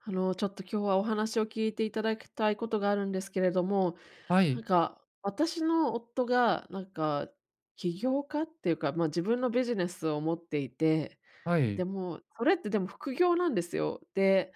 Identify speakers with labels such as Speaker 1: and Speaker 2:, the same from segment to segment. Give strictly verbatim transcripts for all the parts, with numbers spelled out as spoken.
Speaker 1: あの、ちょっと今日はお話を聞いていただきたいことがあるんですけれども、
Speaker 2: は
Speaker 1: なん
Speaker 2: い、
Speaker 1: か、私の夫が、なんか、起業家っていうか、まあ、自分のビジネスを持っていて、
Speaker 2: はい、
Speaker 1: でも、それってでも副業なんですよ。で、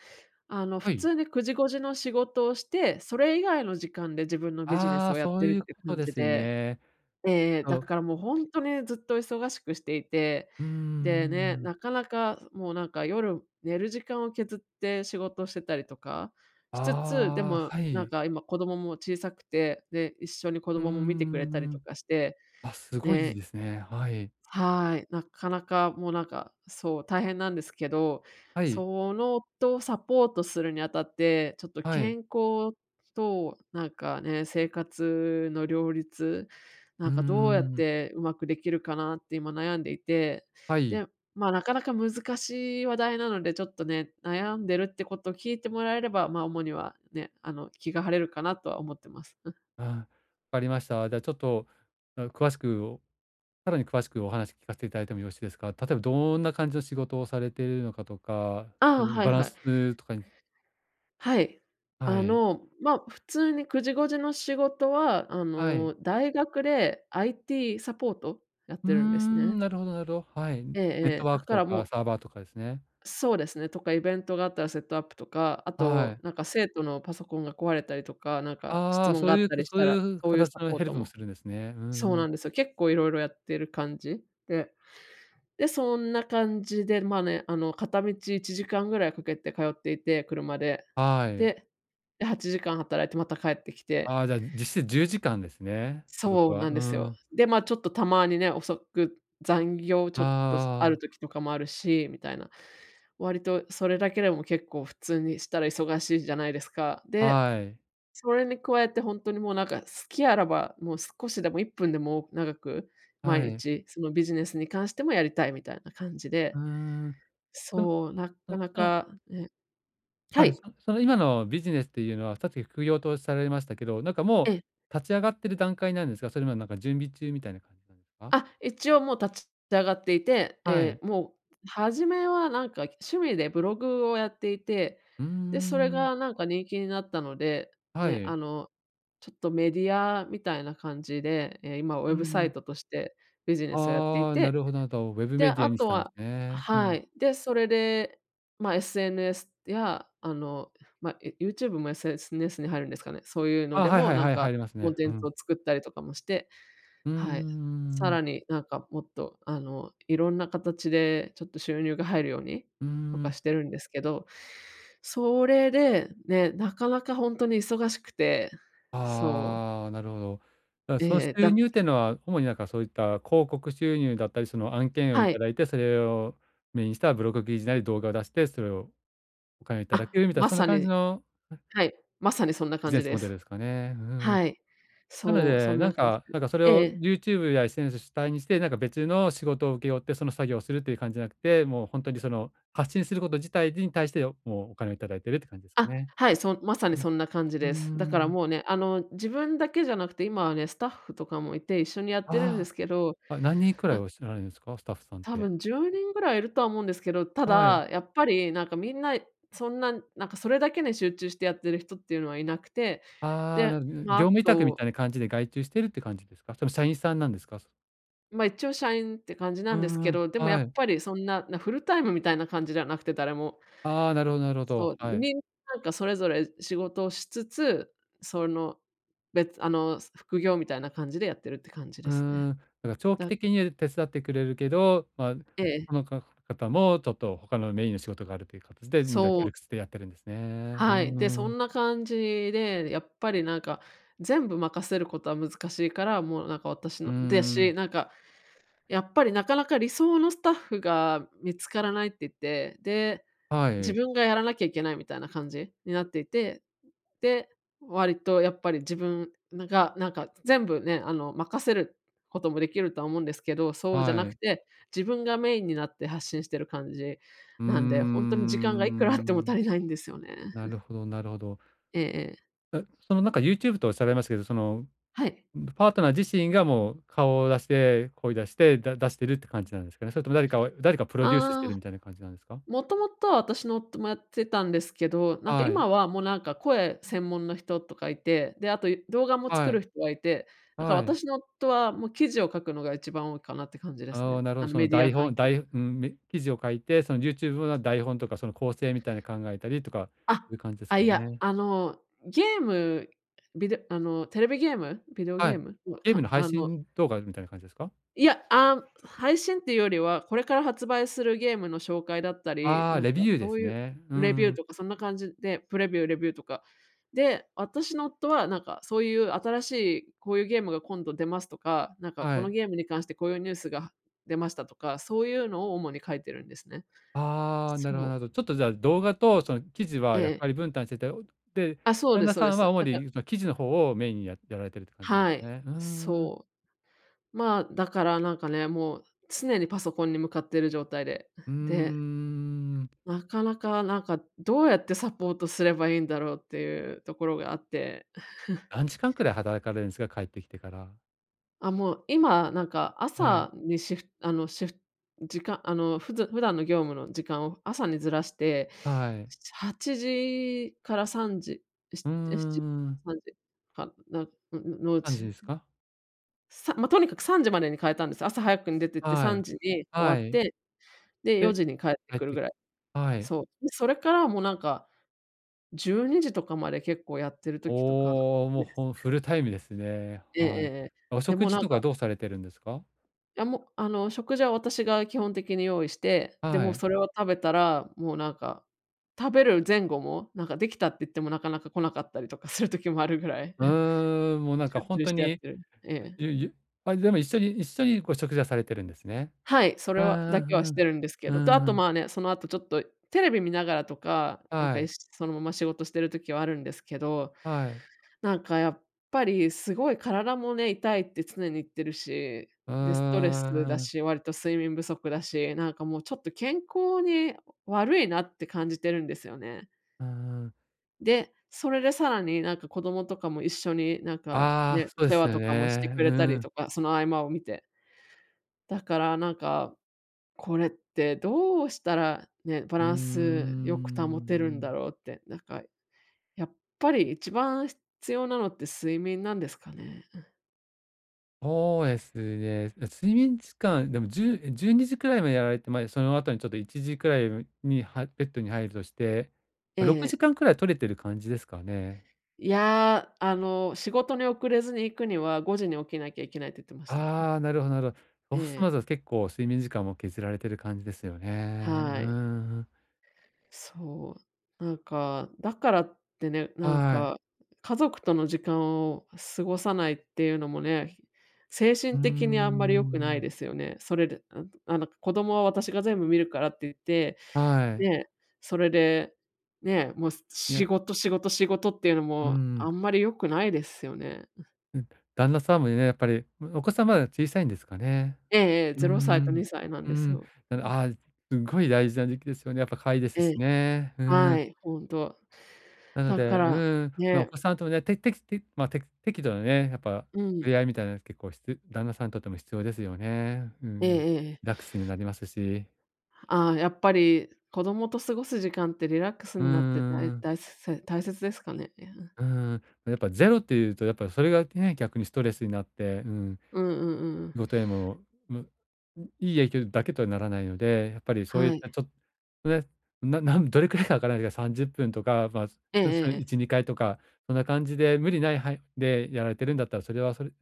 Speaker 1: あの、
Speaker 2: は
Speaker 1: 普
Speaker 2: い。
Speaker 1: 通にくじごじの仕事をして、それ以外の時間で自分のビジネ
Speaker 2: あ
Speaker 1: ス
Speaker 2: あ、
Speaker 1: をやっ
Speaker 2: そう
Speaker 1: て
Speaker 2: い
Speaker 1: るっ
Speaker 2: う
Speaker 1: てい
Speaker 2: こ
Speaker 1: う
Speaker 2: と
Speaker 1: 感
Speaker 2: で
Speaker 1: じ
Speaker 2: す
Speaker 1: で。
Speaker 2: ね。
Speaker 1: ええ、
Speaker 2: そ
Speaker 1: だ
Speaker 2: う、
Speaker 1: からもうほんとにずっと忙しくしていて、
Speaker 2: うー
Speaker 1: でね、
Speaker 2: ん。
Speaker 1: なかなかもうなんか夜寝る時間を削って仕事してたりとかしつつ、で
Speaker 2: あ
Speaker 1: も
Speaker 2: あ、は
Speaker 1: なん
Speaker 2: い。
Speaker 1: か今子供も小さくて、で、一緒に子
Speaker 2: う
Speaker 1: 供も見てくれたり
Speaker 2: ん
Speaker 1: と
Speaker 2: ん、
Speaker 1: かして、
Speaker 2: あ、すごいいい
Speaker 1: ね、
Speaker 2: ですね。はい。
Speaker 1: はい、なかなかもうなんか、そう、大変なんですけど、
Speaker 2: はい、
Speaker 1: その夫をサポートするにあたって、ちょっと
Speaker 2: はい。
Speaker 1: 健康となんかね、生活の両立、な
Speaker 2: う
Speaker 1: ん
Speaker 2: ー
Speaker 1: かどうやっ
Speaker 2: ん。
Speaker 1: てうまくできるかなって今悩んでいて、
Speaker 2: はい。
Speaker 1: で、まあ、なかなか難しい話題なので、ちょっとね、悩んでるってことを聞いてもらえれば、まあ、主にはね、あの、気が晴れるかなとは思ってます。
Speaker 2: あわかりました。じゃあちょっと、あ、詳しくお、さらに詳しくお話聞かせていただいてもよろしいですか？例えばどんな感じの仕事をされているのかとか、う
Speaker 1: ああ、
Speaker 2: ん、
Speaker 1: はい
Speaker 2: バラン
Speaker 1: はい。
Speaker 2: スとかに。
Speaker 1: はい。
Speaker 2: は
Speaker 1: あ
Speaker 2: い、
Speaker 1: の、まあ、普通にく時ご時の仕事は、あ
Speaker 2: はい。
Speaker 1: の、大学で アイティー サポートやっ
Speaker 2: うー
Speaker 1: てるんですね。
Speaker 2: ん、なるほどなるほど。はい。ネ
Speaker 1: えええ
Speaker 2: ッ
Speaker 1: え。
Speaker 2: トワ
Speaker 1: だ
Speaker 2: ーク
Speaker 1: か
Speaker 2: と
Speaker 1: らも
Speaker 2: か
Speaker 1: う
Speaker 2: サーバーとかですね。
Speaker 1: そうですね、とかイベントがあったらセットアップとか、あ
Speaker 2: は
Speaker 1: と、
Speaker 2: い。
Speaker 1: なんか生徒のパソコンが壊れたりとか、なんか質
Speaker 2: ああ、
Speaker 1: 問が
Speaker 2: そ
Speaker 1: あ
Speaker 2: う
Speaker 1: っ
Speaker 2: いう
Speaker 1: た
Speaker 2: く
Speaker 1: りし
Speaker 2: そう
Speaker 1: た
Speaker 2: い
Speaker 1: ら、
Speaker 2: う
Speaker 1: そういうサ
Speaker 2: 形の
Speaker 1: ポー
Speaker 2: ヘル
Speaker 1: ト
Speaker 2: プも
Speaker 1: も
Speaker 2: するんですね。う
Speaker 1: そう
Speaker 2: んう
Speaker 1: な
Speaker 2: ん。
Speaker 1: んですよ。結構いろいろやってる感じでで、そんな感じで、まあね、あの、片道いちじかんぐらいかけて通っていて、車で。
Speaker 2: はい。
Speaker 1: で、で、はちじかん働いてまた帰ってきて
Speaker 2: ああ、じゃあ、実質じゅうじかんですね。ってこ
Speaker 1: そ
Speaker 2: と
Speaker 1: う
Speaker 2: は、
Speaker 1: なんで
Speaker 2: う
Speaker 1: すよ。
Speaker 2: ん。
Speaker 1: で、まあ、ちょっとたまにね、遅く残業ちょっとあ
Speaker 2: あ
Speaker 1: る時とかもあるし、みたいな。割とそれだけでも結構普通にしたら忙しいじゃないですか。
Speaker 2: あ、
Speaker 1: で、
Speaker 2: はい。
Speaker 1: それに加えて本当にもうなんか、好きあらば、もう少しでもいっぷんでも長く、毎
Speaker 2: はい。
Speaker 1: 日そのビジネスに関してもやりたいみたいな感じ
Speaker 2: う
Speaker 1: で
Speaker 2: ーん。その
Speaker 1: そう、なか
Speaker 2: その
Speaker 1: な
Speaker 2: その
Speaker 1: か、ねは
Speaker 2: はい、
Speaker 1: い、
Speaker 2: そその今のビジネスっていうのは、さっき副業とされましたけど、なんかも
Speaker 1: ええ。
Speaker 2: う立ち上がってる段階なんですか？それもなんか準備中みたいな感じなんですか？
Speaker 1: あ、一応もう立ち上がっていて、え
Speaker 2: はい。
Speaker 1: え、もう初めはなんか趣味でブログをやっていて、
Speaker 2: うー
Speaker 1: で、それ
Speaker 2: ん。
Speaker 1: がなんか人気になったので、
Speaker 2: は
Speaker 1: ね、あ
Speaker 2: い。
Speaker 1: の、ちょっとメディアみたいな感じで、ええ、今ウェ
Speaker 2: う
Speaker 1: ブ
Speaker 2: んう
Speaker 1: サイ
Speaker 2: ん。
Speaker 1: トとしてビジネスをやってい
Speaker 2: ああ、な
Speaker 1: て
Speaker 2: るほどなるほど。ウェブ
Speaker 1: で、
Speaker 2: メディア
Speaker 1: あ
Speaker 2: にし
Speaker 1: と
Speaker 2: たんで
Speaker 1: は
Speaker 2: すね。う
Speaker 1: は
Speaker 2: ん。
Speaker 1: い。で、それで、まあ、エスエヌエス や、あの、まあ、え、YouTube も エスエヌエス に入るんですかね。そういうの
Speaker 2: ああ、
Speaker 1: で
Speaker 2: はい
Speaker 1: も、
Speaker 2: はい
Speaker 1: なん
Speaker 2: はい、
Speaker 1: か、
Speaker 2: 入ります
Speaker 1: コン
Speaker 2: ね。
Speaker 1: テ
Speaker 2: う
Speaker 1: ンツ
Speaker 2: ん。
Speaker 1: を作ったりとかもして、
Speaker 2: うーん、う
Speaker 1: はい。さ
Speaker 2: ーん。
Speaker 1: らに、なんか、もっと、あの、いろんな形でちょっと収入が入るようにとかしてるんですけど、それで、ね、なかなかほんとに忙しくて、そう、
Speaker 2: ああ、なるほど。だ、
Speaker 1: え
Speaker 2: その
Speaker 1: え、
Speaker 2: 収
Speaker 1: だ
Speaker 2: 入っていうのは、主になんかそういった広告収入だったり、その案件をい
Speaker 1: は
Speaker 2: た
Speaker 1: い。
Speaker 2: だいて、それをメインしたブログ記事なり動画を出して、それをお金をいただ
Speaker 1: あ、
Speaker 2: けるみたいな、
Speaker 1: ま
Speaker 2: そんな
Speaker 1: さ
Speaker 2: 感じ
Speaker 1: に
Speaker 2: の
Speaker 1: はい、まさにそんな
Speaker 2: ビ
Speaker 1: 感
Speaker 2: ジネ
Speaker 1: じ
Speaker 2: ス
Speaker 1: で
Speaker 2: モデル
Speaker 1: す。
Speaker 2: ですかね。うん。
Speaker 1: はい。
Speaker 2: なの
Speaker 1: そう、そ
Speaker 2: で、
Speaker 1: ん
Speaker 2: な
Speaker 1: な
Speaker 2: ん
Speaker 1: 感じ
Speaker 2: か
Speaker 1: で。
Speaker 2: なんかそれ
Speaker 1: え
Speaker 2: を
Speaker 1: え。
Speaker 2: YouTube や エスエヌエス 主体にして、なんか別の仕事を請け負って、その作業をするっていう感じじゃなくて、もう本当にその発信すること自体に対して、もうお金をいただいてるって感じですか
Speaker 1: あ、
Speaker 2: ね。
Speaker 1: はい、そまさに
Speaker 2: うん。
Speaker 1: そんな感じ
Speaker 2: うー
Speaker 1: です。だから
Speaker 2: ん。
Speaker 1: もうね、あの、自分だけじゃなくて、今はね、スタッフとかもいて、一緒にやってるんで
Speaker 2: あ
Speaker 1: すけど、
Speaker 2: あ。あ、何人くらい
Speaker 1: な
Speaker 2: おっしゃられるんですか？スタッフさんっ
Speaker 1: 多
Speaker 2: て。
Speaker 1: 分じゅうにんぐらいいるとは思うんですけど、た
Speaker 2: はい。
Speaker 1: だ、やっぱりなんかみんな、そんな、なんかそれだけに集中してやってる人っていうのはいなくて、
Speaker 2: ああ、
Speaker 1: で、
Speaker 2: なる
Speaker 1: まあ、
Speaker 2: 業
Speaker 1: あ
Speaker 2: 務委託みた
Speaker 1: と、
Speaker 2: いな感じで外注してるって感じですか？それ社員さんなんですか？
Speaker 1: ま、一応社員って感じな
Speaker 2: うー
Speaker 1: んですけ
Speaker 2: ん、
Speaker 1: ど、でもやっ
Speaker 2: はい。
Speaker 1: ぱりそんな、なフルタイムみたいな感じではなくて、誰も。
Speaker 2: ああ、なるほどなるほ
Speaker 1: そ
Speaker 2: ど、
Speaker 1: う、
Speaker 2: は
Speaker 1: で、
Speaker 2: い。
Speaker 1: みんななんかそれぞれ仕事をしつつ、その、別あの、副業みたいな感じでやってるって感じで
Speaker 2: う
Speaker 1: すね。
Speaker 2: ーん、だから長期
Speaker 1: だ
Speaker 2: 的に手伝ってくれるけど、まあ、
Speaker 1: ええ、
Speaker 2: このか方もちょっと他のメインの仕事があるという形でみんな
Speaker 1: そ
Speaker 2: 協
Speaker 1: う、
Speaker 2: 力してやってるんですね。うー
Speaker 1: はい。で、そ
Speaker 2: ん、
Speaker 1: んな感じで、やっぱりなんか、全部任せることは難しいから、もうなんか私
Speaker 2: うー
Speaker 1: のでし、
Speaker 2: ん、
Speaker 1: なんか、やっぱりなかなか理想のスタッフが見つからないって言って、で、
Speaker 2: は
Speaker 1: 自
Speaker 2: い、
Speaker 1: 分がやらなきゃいけないみたいな感じになっていて、で、割とやっぱり自分なが、なんか全部ね、あの、任せることもできるとは思うんですけど、そうじゃな
Speaker 2: は
Speaker 1: く
Speaker 2: い。
Speaker 1: て、自分がメインになって発信してる感じ
Speaker 2: うー
Speaker 1: なんで、ほんとに時間がいくらあっても
Speaker 2: ん、
Speaker 1: 足りないんですよね。
Speaker 2: なるほどなるほど。
Speaker 1: ええええ。
Speaker 2: え、そのなんか YouTube とおっしゃられましたけど、その
Speaker 1: はい。
Speaker 2: パートナー自身がもう顔を出して、声出して、だ出してるって感じなんですかね？それとも誰かを誰かプロデュースして
Speaker 1: ああ、
Speaker 2: るみたいな感じなんですか？
Speaker 1: もともとは私の夫もやってたんですけど、なんか
Speaker 2: はい、
Speaker 1: 今はもうなんか声専門の人とかいて、で、あと動画も作
Speaker 2: は
Speaker 1: る
Speaker 2: い、
Speaker 1: 人がいて、だから
Speaker 2: はい。
Speaker 1: 私の夫はもう記事を書くのが一番多いかなって感じです
Speaker 2: あ
Speaker 1: ね。
Speaker 2: あ、なるほ
Speaker 1: あ
Speaker 2: ど、
Speaker 1: の
Speaker 2: そ
Speaker 1: メ
Speaker 2: の
Speaker 1: ディア
Speaker 2: 台
Speaker 1: 関
Speaker 2: 本
Speaker 1: 係
Speaker 2: 台
Speaker 1: の。
Speaker 2: うん、め記事を書いて、その YouTube の台本とかその構成みたいな考えたりとか、そう
Speaker 1: あ、
Speaker 2: いう感じです
Speaker 1: あ、
Speaker 2: か
Speaker 1: いや、
Speaker 2: ね？
Speaker 1: あの、ゲーム、ビデあの、テレビゲーム、ビデオ
Speaker 2: は
Speaker 1: ゲー
Speaker 2: い。
Speaker 1: ムの、
Speaker 2: ゲーム
Speaker 1: か
Speaker 2: の配
Speaker 1: あの、
Speaker 2: 信動画みたいな感じですか？
Speaker 1: いや、あん、配信っていうよりは、これから発売するゲームの紹介だったり、
Speaker 2: ああ、
Speaker 1: なんか
Speaker 2: レビューで
Speaker 1: そ
Speaker 2: す
Speaker 1: ういう
Speaker 2: ね。うん
Speaker 1: レビュー
Speaker 2: うん。
Speaker 1: とかそんな感じで、プレビュー、レビューとか。で、私の夫はなんかそういう新しいこういうゲームが今度出ますとか、なんかこ
Speaker 2: は
Speaker 1: の
Speaker 2: い。
Speaker 1: ゲームに関してこういうニュースが出ましたとか、そういうのを主に書いてるんですね。
Speaker 2: ああ、なるほどな
Speaker 1: そ
Speaker 2: る
Speaker 1: う。
Speaker 2: ほど。ちょっとじゃあ、動画とその記事
Speaker 1: え
Speaker 2: は役
Speaker 1: え。
Speaker 2: 割分担してて、おで、
Speaker 1: あ、そう
Speaker 2: 旦
Speaker 1: です
Speaker 2: 那
Speaker 1: そう
Speaker 2: さ
Speaker 1: で
Speaker 2: んは
Speaker 1: す。
Speaker 2: 主
Speaker 1: だから
Speaker 2: にその記事の方をメインにややられてるって感じなんで
Speaker 1: は
Speaker 2: す
Speaker 1: い。
Speaker 2: ね。うーん。
Speaker 1: そうまあ、だからなんかね、もう常にパソコンに向かってる状態で。
Speaker 2: うー
Speaker 1: で、
Speaker 2: ん。
Speaker 1: なかなかなんかどうやってサポートすればいいんだろうっていうところがあって、
Speaker 2: 何時間くらい働かれるんですか？帰ってきてから。
Speaker 1: あ、もう今なんか
Speaker 2: はい。
Speaker 1: 朝にシフトあの、シフト時間あの、ふず普段の業務の時間を朝にずらして、
Speaker 2: はい。
Speaker 1: はちじからさんじ、し
Speaker 2: うー
Speaker 1: し
Speaker 2: ん。
Speaker 1: 時かな、ののう
Speaker 2: 感じ
Speaker 1: ち、
Speaker 2: ですか？
Speaker 1: さまあ、とにかくさんじまでに変えたんです。朝早くに出てって
Speaker 2: は
Speaker 1: 3
Speaker 2: い。
Speaker 1: 時に終
Speaker 2: は
Speaker 1: わっ
Speaker 2: い。
Speaker 1: て、で、4
Speaker 2: で、
Speaker 1: 時に帰って
Speaker 2: 帰っ
Speaker 1: くる
Speaker 2: て
Speaker 1: ぐ
Speaker 2: き
Speaker 1: らい。
Speaker 2: はい。
Speaker 1: そう。で、それからもうなんか、じゅうにじとかまで結構やってる時とか、
Speaker 2: おお、
Speaker 1: 多
Speaker 2: もう
Speaker 1: いです。
Speaker 2: ほんフルタイムですね。
Speaker 1: ええええ
Speaker 2: はい。
Speaker 1: ええ。
Speaker 2: お
Speaker 1: で、
Speaker 2: 食
Speaker 1: もう
Speaker 2: 事
Speaker 1: なん
Speaker 2: と
Speaker 1: か、
Speaker 2: かどうされてるんですか？
Speaker 1: いやもう、あの、食事は私が基本的に用意して、で、
Speaker 2: は
Speaker 1: もう
Speaker 2: い。
Speaker 1: それを食べたら、もうなんか、食べる前後も、なんかできたって言ってもなかなか来なかったりとかする時もあるぐらい、
Speaker 2: う ーん、もうなんか
Speaker 1: 集
Speaker 2: ほん
Speaker 1: 中し
Speaker 2: と
Speaker 1: てやっ
Speaker 2: に
Speaker 1: てる。ええ。
Speaker 2: ゆゆあ、でも一緒に一緒にこう食事はされてるんですね。
Speaker 1: はい、そ
Speaker 2: う
Speaker 1: れはだ
Speaker 2: んう
Speaker 1: け
Speaker 2: ん
Speaker 1: は
Speaker 2: う
Speaker 1: して
Speaker 2: ん。
Speaker 1: るんですけど、と、あ
Speaker 2: う
Speaker 1: と
Speaker 2: んん。
Speaker 1: まあね、その後ちょっとテレビ見ながらとか、なん
Speaker 2: は
Speaker 1: かい
Speaker 2: い、
Speaker 1: しそのまま仕事してる時はあるんですけど、
Speaker 2: はい。
Speaker 1: なんかやっぱりすごい体もね、痛いって常に言ってるし、
Speaker 2: う
Speaker 1: で、スト
Speaker 2: ー
Speaker 1: レスだ
Speaker 2: ん。
Speaker 1: し、割と睡眠不足だし、なんかもうちょっと健康に悪いなって感じてるんですよね。
Speaker 2: うーん。
Speaker 1: で、それでさらになんか子供とかも一緒になんか
Speaker 2: あ
Speaker 1: ね、
Speaker 2: あ、そうで
Speaker 1: お世
Speaker 2: す
Speaker 1: 話
Speaker 2: よ
Speaker 1: とかもして
Speaker 2: ね。
Speaker 1: く
Speaker 2: う
Speaker 1: れたり
Speaker 2: ん。
Speaker 1: とか、その合間を見て。だからなんか、これってどうしたらね、バ
Speaker 2: うー
Speaker 1: ランスよく保てるんだ
Speaker 2: ん。
Speaker 1: ろうって、なんかやっぱり一番必要なのって睡眠なんですかね？
Speaker 2: そうですね。睡眠時間、でもじゅうえ、にじくらいまでやられて、ま、その後にちょっといちじくらいにはベッドに入るとして、
Speaker 1: え
Speaker 2: 6
Speaker 1: え。
Speaker 2: 時間くらい取れてる感じですかね？
Speaker 1: いや、あの、仕事に遅れずに行くにはごじに起きなきゃいけないって言ってました。
Speaker 2: ああ、なるほどなるほど。オ
Speaker 1: え
Speaker 2: フスマ
Speaker 1: え、
Speaker 2: ザーズ結構睡眠時間も削られてる感じですよね。う
Speaker 1: はい。
Speaker 2: ーん。
Speaker 1: そう。なんか、だからってね、なん
Speaker 2: はい。
Speaker 1: か、家族との時間を過ごさないっていうのもね、精
Speaker 2: うー
Speaker 1: 神的にあんまり良くない
Speaker 2: ん。
Speaker 1: ですよね。それで、ああの、子供は私が全部見るからって言って、
Speaker 2: はい。
Speaker 1: ね、それで、ね、もう
Speaker 2: い
Speaker 1: 仕
Speaker 2: や、
Speaker 1: 事仕事仕事っていうの
Speaker 2: うー
Speaker 1: もあ
Speaker 2: ん。
Speaker 1: んまり良くないですよね。
Speaker 2: うん、旦那さんもね、やっぱり、お子さんまだ小さいんですかね？
Speaker 1: ええええ、
Speaker 2: うー
Speaker 1: ゼロさいと
Speaker 2: ん。
Speaker 1: にさいなん
Speaker 2: うー
Speaker 1: です
Speaker 2: ん。
Speaker 1: よ。
Speaker 2: な
Speaker 1: う
Speaker 2: の
Speaker 1: ん。
Speaker 2: ああ、すごい大事な時期ですよね。やっぱ可愛いです
Speaker 1: ええ、
Speaker 2: しね。うー
Speaker 1: は
Speaker 2: ん。
Speaker 1: い、ほんと。
Speaker 2: なの
Speaker 1: だ
Speaker 2: で、
Speaker 1: か
Speaker 2: う
Speaker 1: ら、
Speaker 2: ーん、まあ、お
Speaker 1: ね、
Speaker 2: 子さんともね、てててまあ、て適度なね、やっぱ
Speaker 1: う
Speaker 2: 触
Speaker 1: ん。
Speaker 2: れ合いみたいなの結構ひ旦那さんにとっても必要ですよね。う
Speaker 1: ええ
Speaker 2: ん。リ
Speaker 1: えええ
Speaker 2: ラッ
Speaker 1: え。
Speaker 2: クスになりますし。
Speaker 1: ああ、やっぱり子供と過ごす時間ってリラックス
Speaker 2: うー
Speaker 1: になってだい
Speaker 2: ん、
Speaker 1: だいせ大切ですかね？
Speaker 2: うーん。まやっぱゼロっていうと、やっぱそれがね、逆にストレスになって、うん、
Speaker 1: うんうんうんうん。
Speaker 2: 仕事へも、むいい影響だけとはならないので、やっぱりそういっ
Speaker 1: はい。
Speaker 2: たちょっとね、ななんどれくらいかわからないけど、さんじゅっぷんとか、まあ、
Speaker 1: えええ
Speaker 2: そ
Speaker 1: ええ
Speaker 2: いち、
Speaker 1: え。
Speaker 2: にかいとか、そんな感じで無理ない範囲でやられてるんだったら、それはそれい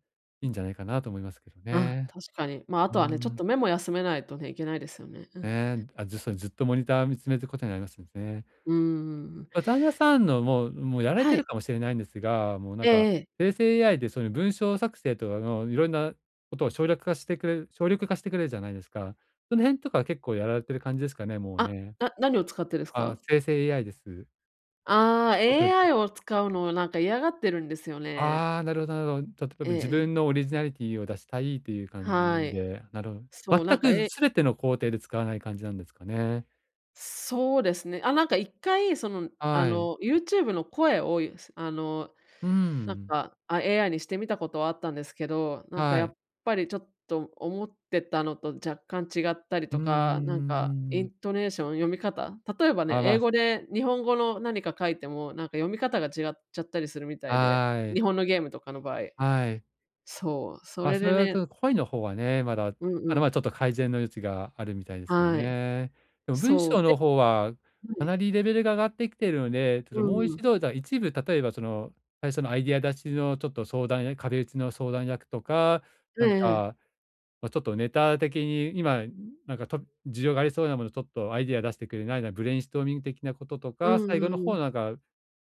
Speaker 2: いんじゃないかなと思いますけど
Speaker 1: あ、
Speaker 2: ね。
Speaker 1: 確かに。ま、あ
Speaker 2: う
Speaker 1: と
Speaker 2: ー
Speaker 1: はね、ちょっと
Speaker 2: ん。
Speaker 1: 目も休めないとね、いけないですよね。うん。
Speaker 2: ね、あ、ずそれずっとモニター見つめることになりますね。
Speaker 1: うんうんうん。
Speaker 2: ま、旦那さんのもうもうやられ
Speaker 1: は
Speaker 2: てる
Speaker 1: い。
Speaker 2: かもしれないんですが、もうな
Speaker 1: え
Speaker 2: ん
Speaker 1: え
Speaker 2: か、
Speaker 1: ええ。
Speaker 2: 生成 エーアイ でそういう文章作成とかのいろんなことを省略化してくれる省力化してくれるじゃないですか。その辺とか結構やられてる感じですかね、もう
Speaker 1: あ、
Speaker 2: ね。
Speaker 1: な何を使ってです
Speaker 2: あ、
Speaker 1: か？
Speaker 2: 生成 エーアイ です。
Speaker 1: ああ、
Speaker 2: あと、じ
Speaker 1: エーアイ を使うのをなんか嫌がってるんですよね。
Speaker 2: ああなるほどなるほど。例え
Speaker 1: え
Speaker 2: ば
Speaker 1: え
Speaker 2: 自
Speaker 1: ええ。
Speaker 2: 分のオリジナリティを出したいっていう感
Speaker 1: は
Speaker 2: じ
Speaker 1: い。
Speaker 2: で、なるほど。
Speaker 1: そう、な
Speaker 2: 全
Speaker 1: んか、
Speaker 2: く
Speaker 1: え
Speaker 2: 全ての工程で使わない感じなんですかね。
Speaker 1: そうですね。あ、なんかいっかいその、あ
Speaker 2: はい。
Speaker 1: の、YouTube の声を、あの、
Speaker 2: う
Speaker 1: なん
Speaker 2: ん。
Speaker 1: か、あ、エーアイ にしてみたことはあったんですけど、なんか
Speaker 2: は
Speaker 1: やっ
Speaker 2: い。
Speaker 1: ぱりちょっと思ってたのと若干違ったり
Speaker 2: う
Speaker 1: と
Speaker 2: んうんうんう
Speaker 1: か、なんか
Speaker 2: ん
Speaker 1: イ
Speaker 2: う
Speaker 1: ン
Speaker 2: ん。
Speaker 1: トネーション、読み方、例えばね、
Speaker 2: あ、
Speaker 1: 英
Speaker 2: ま、
Speaker 1: 語で日本語の何か書いても、なんか読み方が違っちゃったりするみたいで、
Speaker 2: は
Speaker 1: 日
Speaker 2: い、
Speaker 1: 本のゲームとかの場合。
Speaker 2: はい。
Speaker 1: そう、そ
Speaker 2: まあ、
Speaker 1: れ
Speaker 2: そ
Speaker 1: で
Speaker 2: れはち
Speaker 1: ね
Speaker 2: ょっと声の方はね、まだ、
Speaker 1: うん
Speaker 2: ま
Speaker 1: う
Speaker 2: だま
Speaker 1: ん、
Speaker 2: だちょっと改善の余地があるみたいですよ
Speaker 1: はい。
Speaker 2: ね。でも文
Speaker 1: そう、
Speaker 2: 章
Speaker 1: で
Speaker 2: の方は
Speaker 1: は
Speaker 2: か
Speaker 1: い。
Speaker 2: なりレベルが上がってきているので、ちょっ
Speaker 1: う
Speaker 2: ともう
Speaker 1: んう
Speaker 2: 一
Speaker 1: ん。
Speaker 2: 度、じゃあ一部例えばその、最初のアイディア出しのちょっと相談や壁打ちの相談役とか、
Speaker 1: え
Speaker 2: なん
Speaker 1: え。
Speaker 2: か、まあ、ちょっとネタ的に今なんかと需要がありそうなものちょっとアイディア出してくれないな、ブレインストーミング的なことと
Speaker 1: う
Speaker 2: か、
Speaker 1: ん
Speaker 2: 最後
Speaker 1: う
Speaker 2: の
Speaker 1: んう
Speaker 2: 方
Speaker 1: ん。
Speaker 2: なんか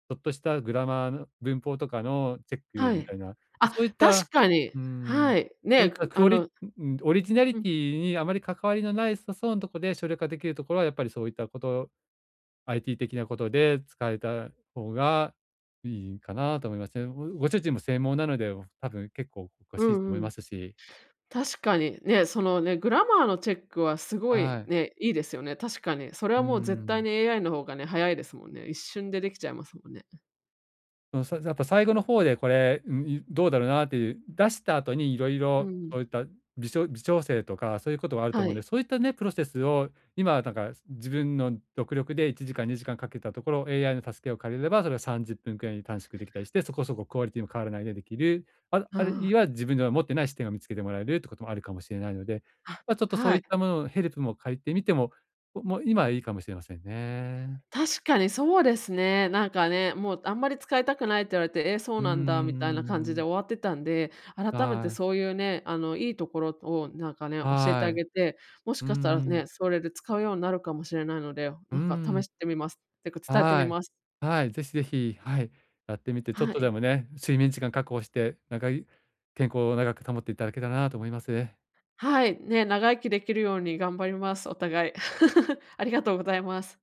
Speaker 2: ちょっとしたグラマーの文法とかのチェック
Speaker 1: は
Speaker 2: み
Speaker 1: い。
Speaker 2: たいな、ま、
Speaker 1: あ、
Speaker 2: そういった、
Speaker 1: 確かに。
Speaker 2: うーん、
Speaker 1: はい。
Speaker 2: そうい
Speaker 1: ね、
Speaker 2: った
Speaker 1: く
Speaker 2: ク
Speaker 1: あ
Speaker 2: オリ
Speaker 1: の
Speaker 2: うん、オリジナリ
Speaker 1: うん、
Speaker 2: ティにあまり関わりのないさそうなとこで省略ができるところはやっぱりそういったこと、アイティー 的なことで使えた方がいいかなと思いますね。ごご主人も専門なので、多分結構お詳
Speaker 1: う
Speaker 2: しいと
Speaker 1: ん
Speaker 2: 思い
Speaker 1: う
Speaker 2: ま
Speaker 1: ん。
Speaker 2: すし。
Speaker 1: 確かに。ね、そのね、グラマーのチェックはすごい
Speaker 2: はい。
Speaker 1: ね、いいですよね、確かに。それ
Speaker 2: う
Speaker 1: は
Speaker 2: ー
Speaker 1: もう絶対
Speaker 2: ん。
Speaker 1: に エーアイ の方がね、早いですもんね。一瞬でできちゃいますもんね。
Speaker 2: その、さやっぱ最後の方でこれ、うん、いどうだろうなっていう、出した後にいろい
Speaker 1: う
Speaker 2: ろ
Speaker 1: ん。
Speaker 2: そういった微しょ微調整とか、そういうことはあると
Speaker 1: は
Speaker 2: 思うんで、
Speaker 1: い。
Speaker 2: そういったね、プロセスを今なんか自分の独力でいちじかん、2時間かんかけたところ、エーアイ の助けを借りれば、それがさんじゅっぷんくらいに短縮できたりして、そこそこクオリティも変わらないでできる、あ
Speaker 1: あ
Speaker 2: あるいは自分では持ってない視点を見つけてもらえるってこともあるかもしれないので、
Speaker 1: あ、
Speaker 2: ま、ちょっと
Speaker 1: あ、
Speaker 2: そ
Speaker 1: は
Speaker 2: うい
Speaker 1: い。
Speaker 2: ったもののヘルプも借りてみても、もう今はいいかもしれませんね。
Speaker 1: 確かにそうですね。なんかね、もうあんまり使いたくないって言われて、えー、そう
Speaker 2: うんう
Speaker 1: なんだみ
Speaker 2: んう
Speaker 1: たいな
Speaker 2: ん
Speaker 1: 感
Speaker 2: う
Speaker 1: じで
Speaker 2: ん。
Speaker 1: 終わってたんで、改めて
Speaker 2: はい、
Speaker 1: そういうね、あの、いいところをなんかね、教えてあ
Speaker 2: はい。
Speaker 1: げて、もし
Speaker 2: うー
Speaker 1: かしたら
Speaker 2: ん、
Speaker 1: ね、それで使うようになるかもしれないので、
Speaker 2: うー
Speaker 1: なんか試
Speaker 2: ん、
Speaker 1: してみます。てか伝えて
Speaker 2: は
Speaker 1: み
Speaker 2: い。
Speaker 1: ます。
Speaker 2: はい、ぜひぜひ、はい、やってみて、ちょっ
Speaker 1: は
Speaker 2: と
Speaker 1: い。
Speaker 2: でもね、睡眠時間確保して、なんかい健康を長く保っていただけたらなと思います。
Speaker 1: はい、ね、長生きできるように頑張ります、お互い。ありがとうございます。